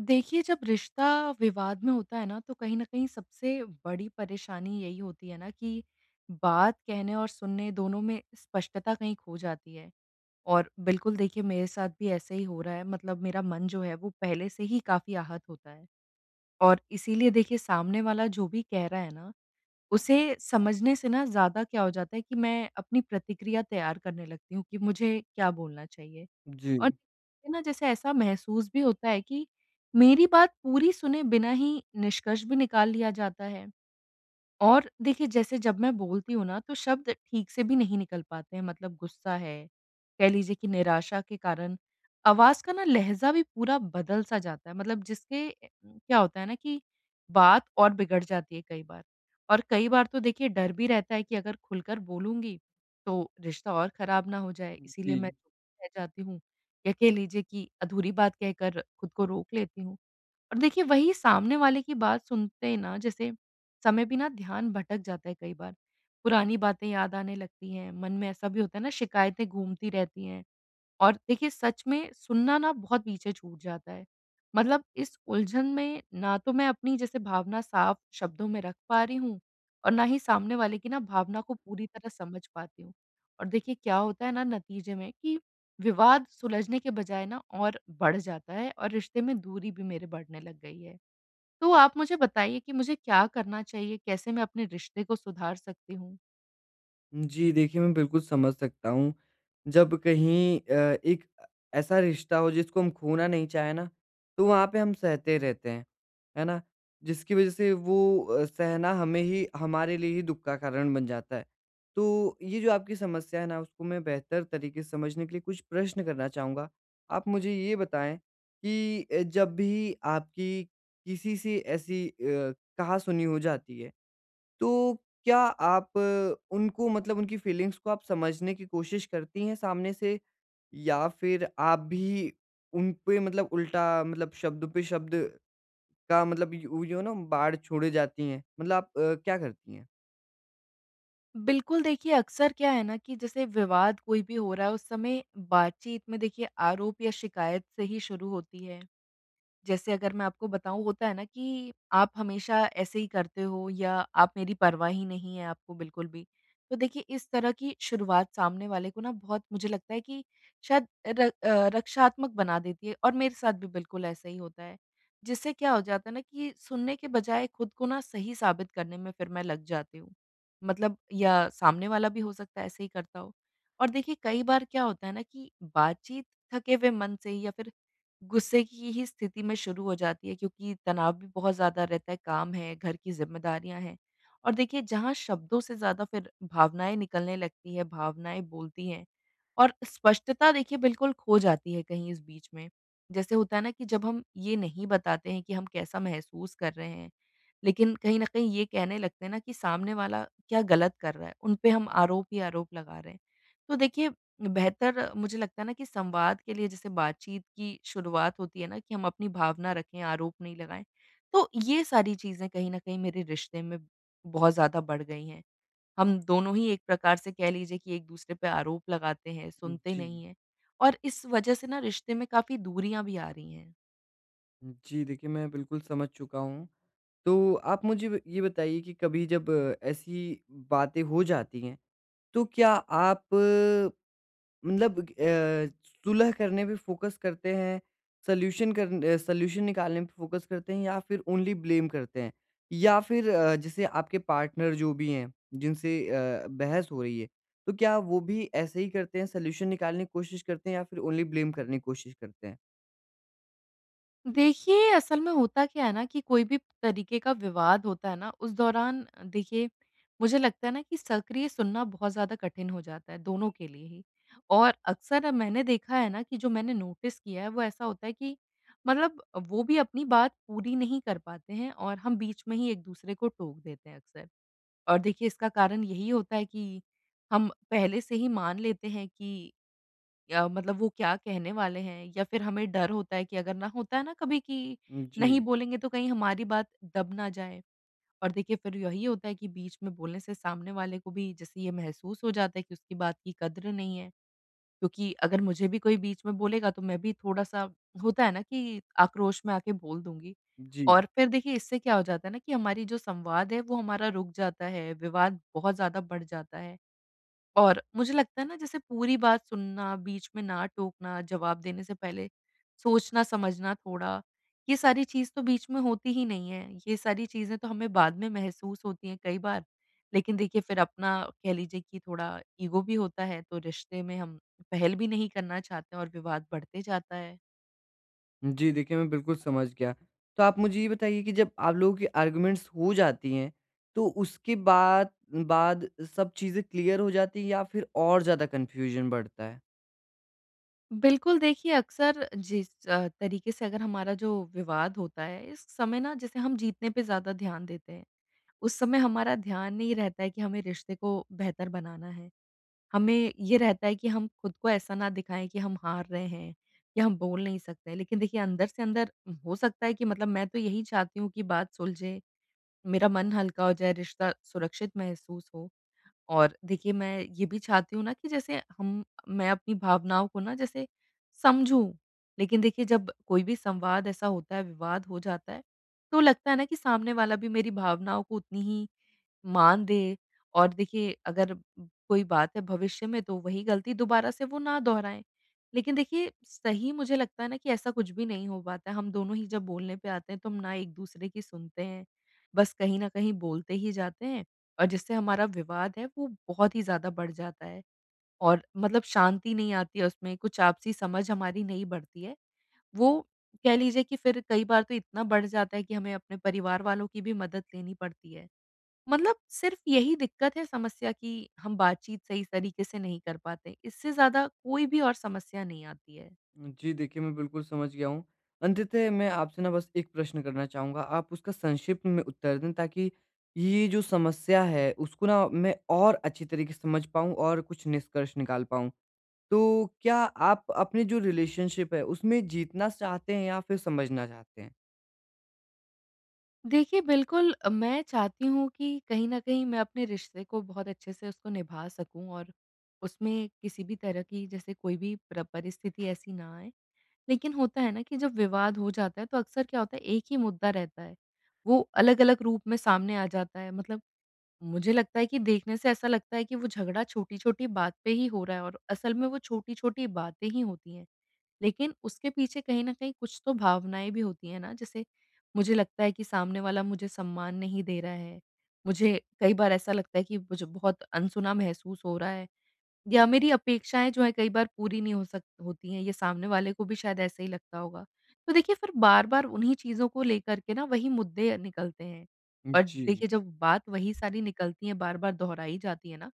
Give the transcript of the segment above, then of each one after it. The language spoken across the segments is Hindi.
देखिए, जब रिश्ता विवाद में होता है ना, तो कहीं न कहीं सबसे बड़ी परेशानी यही होती है ना कि बात कहने और सुनने दोनों में स्पष्टता कहीं खो जाती है। और बिल्कुल देखिए, मेरे साथ भी ऐसे ही हो रहा है, मतलब मेरा मन जो है वो पहले से ही काफ़ी आहत होता है। और इसीलिए देखिए, सामने वाला जो भी कह रहा है ना, उसे समझने से ना ज़्यादा क्या हो जाता है कि मैं अपनी प्रतिक्रिया तैयार करने लगती हूँ कि मुझे क्या बोलना चाहिए। जी, और ना जैसे ऐसा महसूस भी होता है कि मेरी बात पूरी सुने बिना ही निष्कर्ष भी निकाल लिया जाता है। और देखिए, जैसे जब मैं बोलती हूँ ना, तो शब्द ठीक से भी नहीं निकल पाते हैं। मतलब गुस्सा है, कह लीजिए कि निराशा के कारण आवाज़ का ना लहज़ा भी पूरा बदल-सा जाता है। मतलब जिसके क्या होता है ना कि बात और बिगड़ जाती है कई बार। और कई बार तो देखिए, डर भी रहता है कि अगर खुलकर बोलूँगी, तो रिश्ता और ख़राब ना हो जाए। जी। इसीलिए मैं चुप रह जाती हूँ या कह लीजिए कि अधूरी बात कहकर खुद को रोक लेती हूँ। और देखिए, वही सामने वाले की बात सुनते ही ना जैसे समय भी ना ध्यान भटक जाता है कई बार। पुरानी बातें याद आने लगती हैं, मन में ऐसा भी होता है ना, शिकायतें घूमती रहती हैं। और देखिए, सच में सुनना ना बहुत पीछे छूट जाता है। मतलब इस उलझन में ना तो मैं अपनी जैसे भावना साफ शब्दों में रख पा रही हूँ, और ना ही सामने वाले की ना भावना को पूरी तरह समझ पाती हूँ। और देखिए, क्या होता है ना नतीजे में कि विवाद सुलझने के बजाय ना और बढ़ जाता है, और रिश्ते में दूरी भी मेरे बढ़ने लग गई है। तो आप मुझे बताइए कि मुझे क्या करना चाहिए? कैसे मैं अपने रिश्ते को सुधार सकती हूँ? जी, देखिए मैं बिल्कुल समझ सकता हूँ। जब कहीं एक ऐसा रिश्ता हो जिसको हम खोना नहीं चाहें ना, तो वहाँ पे हम सहते रहते हैं, है ना? जिसकी वज़ह से वो सहना हमें ही हमारे लिए ही दुःख का कारण बन जाता है। तो ये जो आपकी समस्या है ना, उसको मैं बेहतर तरीके से समझने के लिए कुछ प्रश्न करना चाहूँगा। आप मुझे ये बताएँ कि जब भी आपकी किसी से ऐसी कहा-सुनी हो जाती है तो क्या आप उनको मतलब उनकी फीलिंग्स को आप समझने की कोशिश करती हैं सामने से? या फिर आप भी उन पे मतलब उल्टा मतलब शब्द पे शब्द का मतलब यू यू नो बाढ़ छोड़े जाती हैं? मतलब आप क्या करती हैं? बिल्कुल, देखिए, अक्सर क्या है ना कि जैसे विवाद कोई भी हो रहा है, उस समय बातचीत में देखिए आरोप या शिकायत से ही शुरू होती है। जैसे अगर मैं आपको बताऊँ, होता है ना कि आप हमेशा ऐसे ही करते हो, या आप मेरी परवाह ही नहीं है आपको बिल्कुल भी। तो देखिए, इस तरह की शुरुआत सामने वाले को ना बहुत, मुझे लगता है कि शायद रक्षात्मक बना देती है, और मेरे साथ भी बिल्कुल ऐसा ही होता है। जिससे क्या हो जाता है ना कि सुनने के बजाय खुद को ना सही साबित करने में फिर मैं लग जाती हूँ। मतलब या सामने वाला भी हो सकता है ऐसे ही करता हो। और देखिए, कई बार क्या होता है ना कि बातचीत थके हुए मन से या फिर गुस्से की ही स्थिति में शुरू हो जाती है, क्योंकि तनाव भी बहुत ज़्यादा रहता है, काम है, घर की ज़िम्मेदारियाँ हैं। और देखिए, जहाँ शब्दों से ज़्यादा फिर भावनाएँ निकलने लगती हैं, भावनाएँ बोलती हैं, और स्पष्टता देखिए बिल्कुल खो जाती है कहीं इस बीच में। जैसे होता है ना कि जब हम ये नहीं बताते हैं कि हम कैसा महसूस कर रहे हैं, लेकिन कहीं न कहीं ये कहने लगते हैं ना कि सामने वाला क्या गलत कर रहा है, उन पे हम आरोप ही आरोप लगा रहे हैं। तो देखिए, बेहतर मुझे लगता है ना कि संवाद के लिए, जैसे बातचीत की शुरुआत होती है ना, कि हम अपनी भावना रखें, आरोप नहीं लगाएँ। तो ये सारी चीज़ें कहीं न कहीं मेरे रिश्ते में बहुत ज़्यादा बढ़ गई हैं। हम दोनों ही एक प्रकार से कह लीजिए कि एक-दूसरे पे आरोप लगाते हैं, सुनते जी। नहीं हैं, और इस वजह से ना रिश्ते में काफ़ी दूरियाँ भी आ रही हैं। जी, देखिए मैं बिल्कुल समझ चुका हूँ। तो आप मुझे ब ये बताइए कि कभी जब ऐसी बातें हो जाती हैं, तो क्या आप मतलब सुलह करने पे फ़ोकस करते हैं, सॉल्यूशन निकालने पे फ़ोकस करते हैं या फिर ओनली ब्लेम करते हैं? या फिर जैसे आपके पार्टनर जो भी हैं, जिनसे बहस हो रही है, तो क्या वो भी ऐसे ही करते हैं, सॉल्यूशन निकालने की कोशिश करते हैं या फिर ओनली ब्लेम करने की कोशिश करते हैं? देखिए, असल में होता क्या है ना कि कोई भी तरीके का विवाद होता है ना, उस दौरान देखिए मुझे लगता है ना कि सक्रिय सुनना बहुत ज़्यादा कठिन हो जाता है, दोनों के लिए ही। और अक्सर अब मैंने देखा है ना, कि जो मैंने नोटिस किया है, वो ऐसा होता है कि मतलब वो भी अपनी बात पूरी नहीं कर पाते हैं, और हम बीच में ही एक-दूसरे को टोक देते हैं अक्सर। और देखिए, इसका कारण यही होता है कि हम पहले से ही मान लेते हैं कि या मतलब वो क्या कहने वाले हैं, या फिर हमें डर होता है कि अगर ना, होता है ना कभी कि जी। नहीं बोलेंगे तो कहीं हमारी बात दब ना जाए। और देखिए, फिर यही होता है कि बीच में बोलने से सामने वाले को भी जैसे ये महसूस हो जाता है कि उसकी बात की कद्र नहीं है। क्योंकि अगर मुझे भी कोई बीच में बोलेगा, तो मैं भी थोड़ा-सा, होता है ना कि आक्रोश में आके बोल दूँगी। जी। और फिर देखिए, इससे क्या हो जाता है ना कि हमारी जो संवाद है वो हमारा रुक जाता है, विवाद बहुत ज़्यादा बढ़ जाता है। और मुझे लगता है ना, जैसे पूरी बात सुनना, बीच में ना टोकना, जवाब देने से पहले सोचना समझना थोड़ा, ये सारी चीज़ तो बीच में होती ही नहीं है। ये सारी चीज़ें तो हमें बाद में महसूस होती हैं कई बार, लेकिन देखिए, फिर अपना कह लीजिए कि थोड़ा ईगो भी होता है, तो रिश्ते में हम पहल भी नहीं करना चाहते हैं, और विवाद बढ़ते जाता है। जी, देखिए मैं बिल्कुल समझ गया। तो आप मुझे ये बताइए कि जब आप लोगों की आर्ग्यूमेंट्स हो जाती हैं, तो उसके बाद बाद सब चीज़ें क्लियर हो जाती हैं या फिर और ज़्यादा कन्फ्यूजन बढ़ता है? बिल्कुल देखिए, अक्सर जिस तरीके से, अगर हमारा जो विवाद होता है, इस समय ना जैसे हम जीतने पे ज़्यादा ध्यान देते हैं। उस समय हमारा ध्यान नहीं रहता है कि हमें रिश्ते को बेहतर बनाना है। हमें ये रहता है कि हम खुद को ऐसा ना दिखाएँ कि हम हार रहे हैं, या हम बोल नहीं सकते। लेकिन देखिए, अंदर से अंदर हो सकता है कि, मतलब मैं तो यही चाहती हूँ कि बात सुलझे, मेरा मन हल्का हो जाए, रिश्ता सुरक्षित महसूस हो। और देखिए, मैं ये भी चाहती हूँ ना कि जैसे हम, मैं अपनी भावनाओं को ना जैसे समझूँ। लेकिन देखिए, जब कोई भी संवाद ऐसा होता है, विवाद हो जाता है, तो लगता है ना कि सामने वाला भी मेरी भावनाओं को उतनी ही मान दे, और देखिए, अगर कोई बात है भविष्य में, तो वही गलती दोबारा से वो ना दोहराएँ। लेकिन देखिए, सही मुझे लगता है ना कि ऐसा कुछ भी नहीं हो पाता है, हम दोनों ही जब बोलने पे आते हैं तो हम ना एक-दूसरे की सुनते हैं, बस कहीं न कहीं बोलते ही जाते हैं, और जिससे हमारा विवाद है वो बहुत ही ज़्यादा बढ़ जाता है, और मतलब शांति नहीं आती है उसमें, कुछ आपसी समझ हमारी नहीं बढ़ती है। वो कह लीजिए कि फिर कई बार तो इतना बढ़ जाता है कि हमें अपने परिवार वालों की भी मदद लेनी पड़ती है। मतलब सिर्फ यही दिक्कत है, समस्या, कि हम बातचीत सही तरीके से नहीं कर पाते। इससे ज़्यादा कोई भी और समस्या नहीं आती है। जी, देखिए मैं बिल्कुल समझ गया हूँ। अंततः मैं आपसे ना बस एक प्रश्न करना चाहूँगा, आप उसका संक्षिप्त में उत्तर दें ताकि ये जो समस्या है उसको ना मैं और अच्छी तरीके से समझ पाऊँ और कुछ निष्कर्ष निकाल पाऊँ। तो क्या आप अपने जो रिलेशनशिप है उसमें जीतना चाहते हैं या फिर समझना चाहते हैं? देखिए, बिल्कुल, मैं चाहती हूँ कि कहीं न कहीं मैं अपने रिश्ते को बहुत अच्छे से उसको निभा सकूँ, और उसमें किसी भी तरह की, जैसे कोई भी प्र परिस्थिति ऐसी ना आए। लेकिन होता है ना कि जब विवाद हो जाता है तो अक्सर क्या होता है, एक ही मुद्दा रहता है। वो अलग-अलग रूप में सामने आ जाता है, मतलब मुझे लगता है कि देखने से ऐसा लगता है कि वो झगड़ा छोटी-छोटी बात पे ही हो रहा है, और असल में वो छोटी-छोटी बातें ही होती हैं। लेकिन उसके पीछे कहीं न कहीं कुछ तो भावनाएँ भी होती हैं ना, जैसे मुझे लगता है कि सामने वाला मुझे सम्मान नहीं दे रहा है। मुझे कई बार ऐसा लगता है कि मुझे बहुत अनसुना महसूस हो रहा है। या मेरी अपेक्षाएँ जो हैं कई बार पूरी नहीं हो सक होती हैं, ये सामने वाले को भी शायद ऐसे ही लगता होगा। तो देखिए, फिर बार-बार उन्हीं चीज़ों को लेकर के ना वही मुद्दे निकलते हैं। और जी। देखिए, जब बात वही सारी निकलती है, बार-बार दोहराई जाती है ना,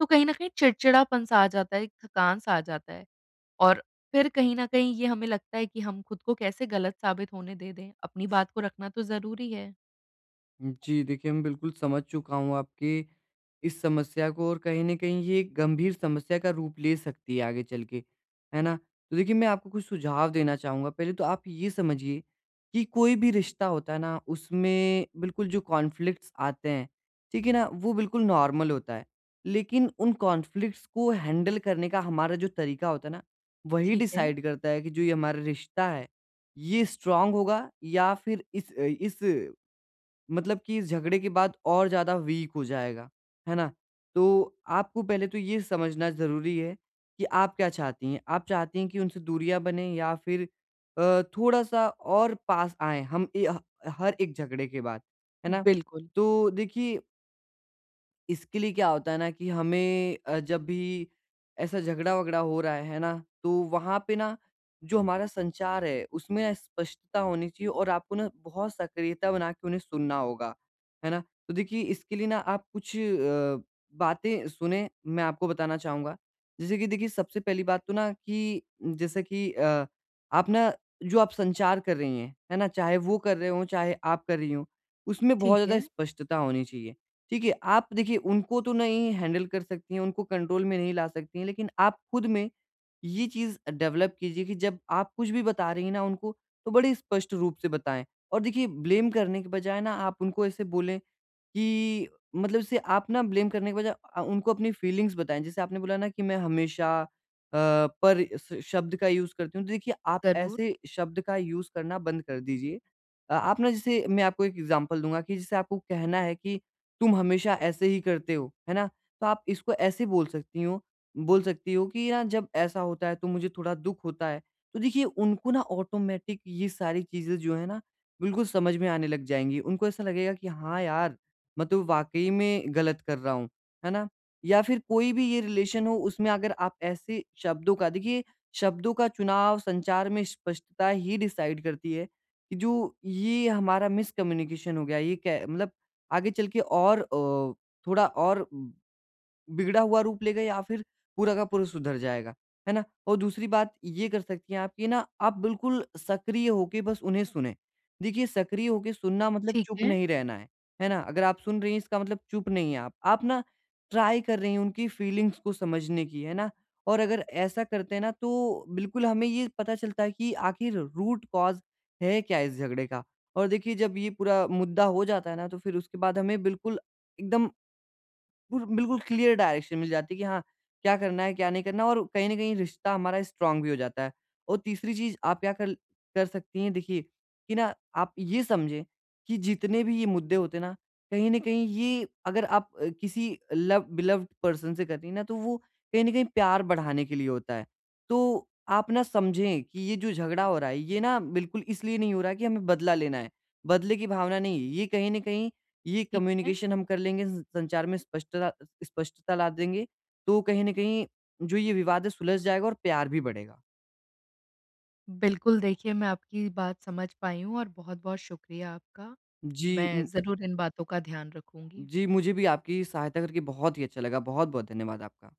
तो कहीं न कहीं चिड़चिड़ापन-सा आ जाता है, थकान-सा आ जाता है। और फिर कहीं न कहीं ये हमें लगता है कि हम खुद को कैसे गलत साबित होने दे दें, अपनी बात को रखना तो ज़रूरी है। जी, देखिए मैं बिल्कुल समझ चुका हूँ आपकी इस समस्या को और कहीं न कहीं ये एक गंभीर समस्या का रूप ले सकती है आगे चल के, है ना? तो देखिए मैं आपको कुछ सुझाव देना चाहूँगा, पहले तो आप ये समझिए कि कोई भी रिश्ता होता है ना उसमें बिल्कुल जो कॉन्फ्लिक्ट्स आते हैं, ठीक है ना? वो बिल्कुल नॉर्मल होता है। लेकिन उन कॉन्फ्लिक्ट्स को हैंडल करने का हमारा जो तरीका होता है ना, वही ठीक है। डिसाइड करता है कि जो ये हमारा रिश्ता है, ये स्ट्रॉन्ग होगा या फिर इस मतलब कि इस झगड़े के बाद और ज़्यादा वीक हो जाएगा, है ना? तो आपको पहले तो ये समझना ज़रूरी है कि आप क्या चाहती हैं। आप चाहती हैं कि उनसे दूरियाँ बनें या फिर थोड़ा-सा और पास आएँ हम ए ह हर एक झगड़े के बाद, है ना? बिल्कुल। तो देखिए इसके लिए क्या होता है ना कि हमें जब भी ऐसा झगड़ा-वगड़ा हो रहा है ना? तो वहाँ पे ना जो हमारा संचार है उसमें ना स्पष्टता होनी चाहिए और आपको ना बहुत सक्रियता बना के उन्हें सुनना होगा, है ना? तो देखिए इसके लिए ना आप कुछ बातें सुनें मैं आपको बताना चाहूँगा। जैसे कि देखिए सबसे पहली बात तो ना कि जैसे कि आप ना जो आप संचार कर रही हैं, है ना? चाहे वो कर रहे हों, चाहे आप कर रही हों, उसमें बहुत ठीक ज़्यादा है। स्पष्टता होनी चाहिए। ठीक है, आप देखिए उनको तो नहीं हैंडल कर सकती हैं, उनको कंट्रोल में नहीं ला सकती हैं, लेकिन आप खुद में ये चीज़ डेवलप कीजिए कि जब आप कुछ भी बता रही हैं ना उनको, तो बड़े स्पष्ट रूप से बताएँ। और देखिए ब्लेम करने के बजाय ना आप उनको ऐसे बोलें कि मतलब जैसे आप ना ब्लेम करने के बजाय उनको अपनी फीलिंग्स बताएँ। जैसे आपने बोला ना कि मैं हमेशा पर स शब्द का यूज़ करती हूँ, तो देखिए आप ज़रूर। ऐसे शब्द का यूज़ करना बंद कर दीजिए। आप ना जैसे मैं आपको एक एग्ज़ाम्पल दूँगा कि जैसे आपको कहना है कि तुम हमेशा ऐसे ही करते हो, है ना? तो आप इसको ऐसे बोल सकती हो कि ना जब ऐसा होता है तो मुझे थोड़ा दुःख होता है। तो देखिए उनको ना ऑटोमेटिक ये सारी चीज़ें जो है ना, बिल्कुल समझ में आने लग जाएँगी। उनको ऐसा लगेगा कि हाँ यार मतलब वाक़ई में गलत कर रहा हूँ, है ना? या फिर कोई भी ये रिलेशन हो उसमें अगर आप ऐसे शब्दों का देखिए शब्दों का चुनाव संचार में स्पष्टता ही डिसाइड करती है कि जो ये हमारा मिसकम्युनिकेशन हो गया ये कै मतलब आगे चल के और थोड़ा और बिगड़ा हुआ रूप लेगा या फिर पूरा का पूरा सुधर जाएगा, है ना? और दूसरी बात ये कर सकती हैं आप कि ना आप बिल्कुल सक्रिय होके बस उन्हें सुनें। देखिए सक्रिय होके सुनना मतलब ठीक चुप है। नहीं रहना है ना? अगर आप सुन रही हैं इसका मतलब चुप नहीं हैं आप। आप ना ट्राई कर रही हैं उनकी फीलिंग्स को समझने की, है ना? और अगर ऐसा करते हैं ना तो बिल्कुल हमें ये पता चलता है कि आखिर रूट कॉज़ है क्या इस झगड़े का? और देखिए जब ये पूरा मुद्दा हो जाता है ना तो फिर उसके बाद हमें बिल्कुल एकदम पुर बिल्कुल क्लियर डायरेक्शन मिल जाती है कि हाँ, क्या करना है, क्या नहीं करना और कहीं न कहीं रिश्ता हमारा स्ट्रॉन्ग भी हो जाता है। और तीसरी चीज़ आप क्या कर कर सकती हैं देखिए, कि ना आप ये समझें कि जितने भी ये मुद्दे होते हैं ना, कहीं न कहीं ये अगर आप किसी लव बिलव्ड पर्सन से कर रही हैं ना, तो वो कहीं न कहीं प्यार बढ़ाने के लिए होता है। तो आप ना समझें कि ये जो झगड़ा हो रहा है, ये ना बिल्कुल इसलिए नहीं हो रहा है कि हमें बदला लेना है, बदले की भावना नहीं है। ये कहीं न कहीं ये ठीक है। कम्युनिकेशन हम कर लेंगे, स संचार में स्पष्टता स्पष्टता ला देंगे, तो कहीं न कहीं जो ये विवाद है सुलझ जाएगा और प्यार भी बढ़ेगा। बिल्कुल, देखिए, मैं आपकी बात समझ पाई हूँ, और बहुत-बहुत शुक्रिया आपका। जी, मैं ज़रूर इन बातों का ध्यान रखूँगी। जी मुझे भी आपकी सहायता करके बहुत ही अच्छा लगा। बहुत-बहुत धन्यवाद आपका।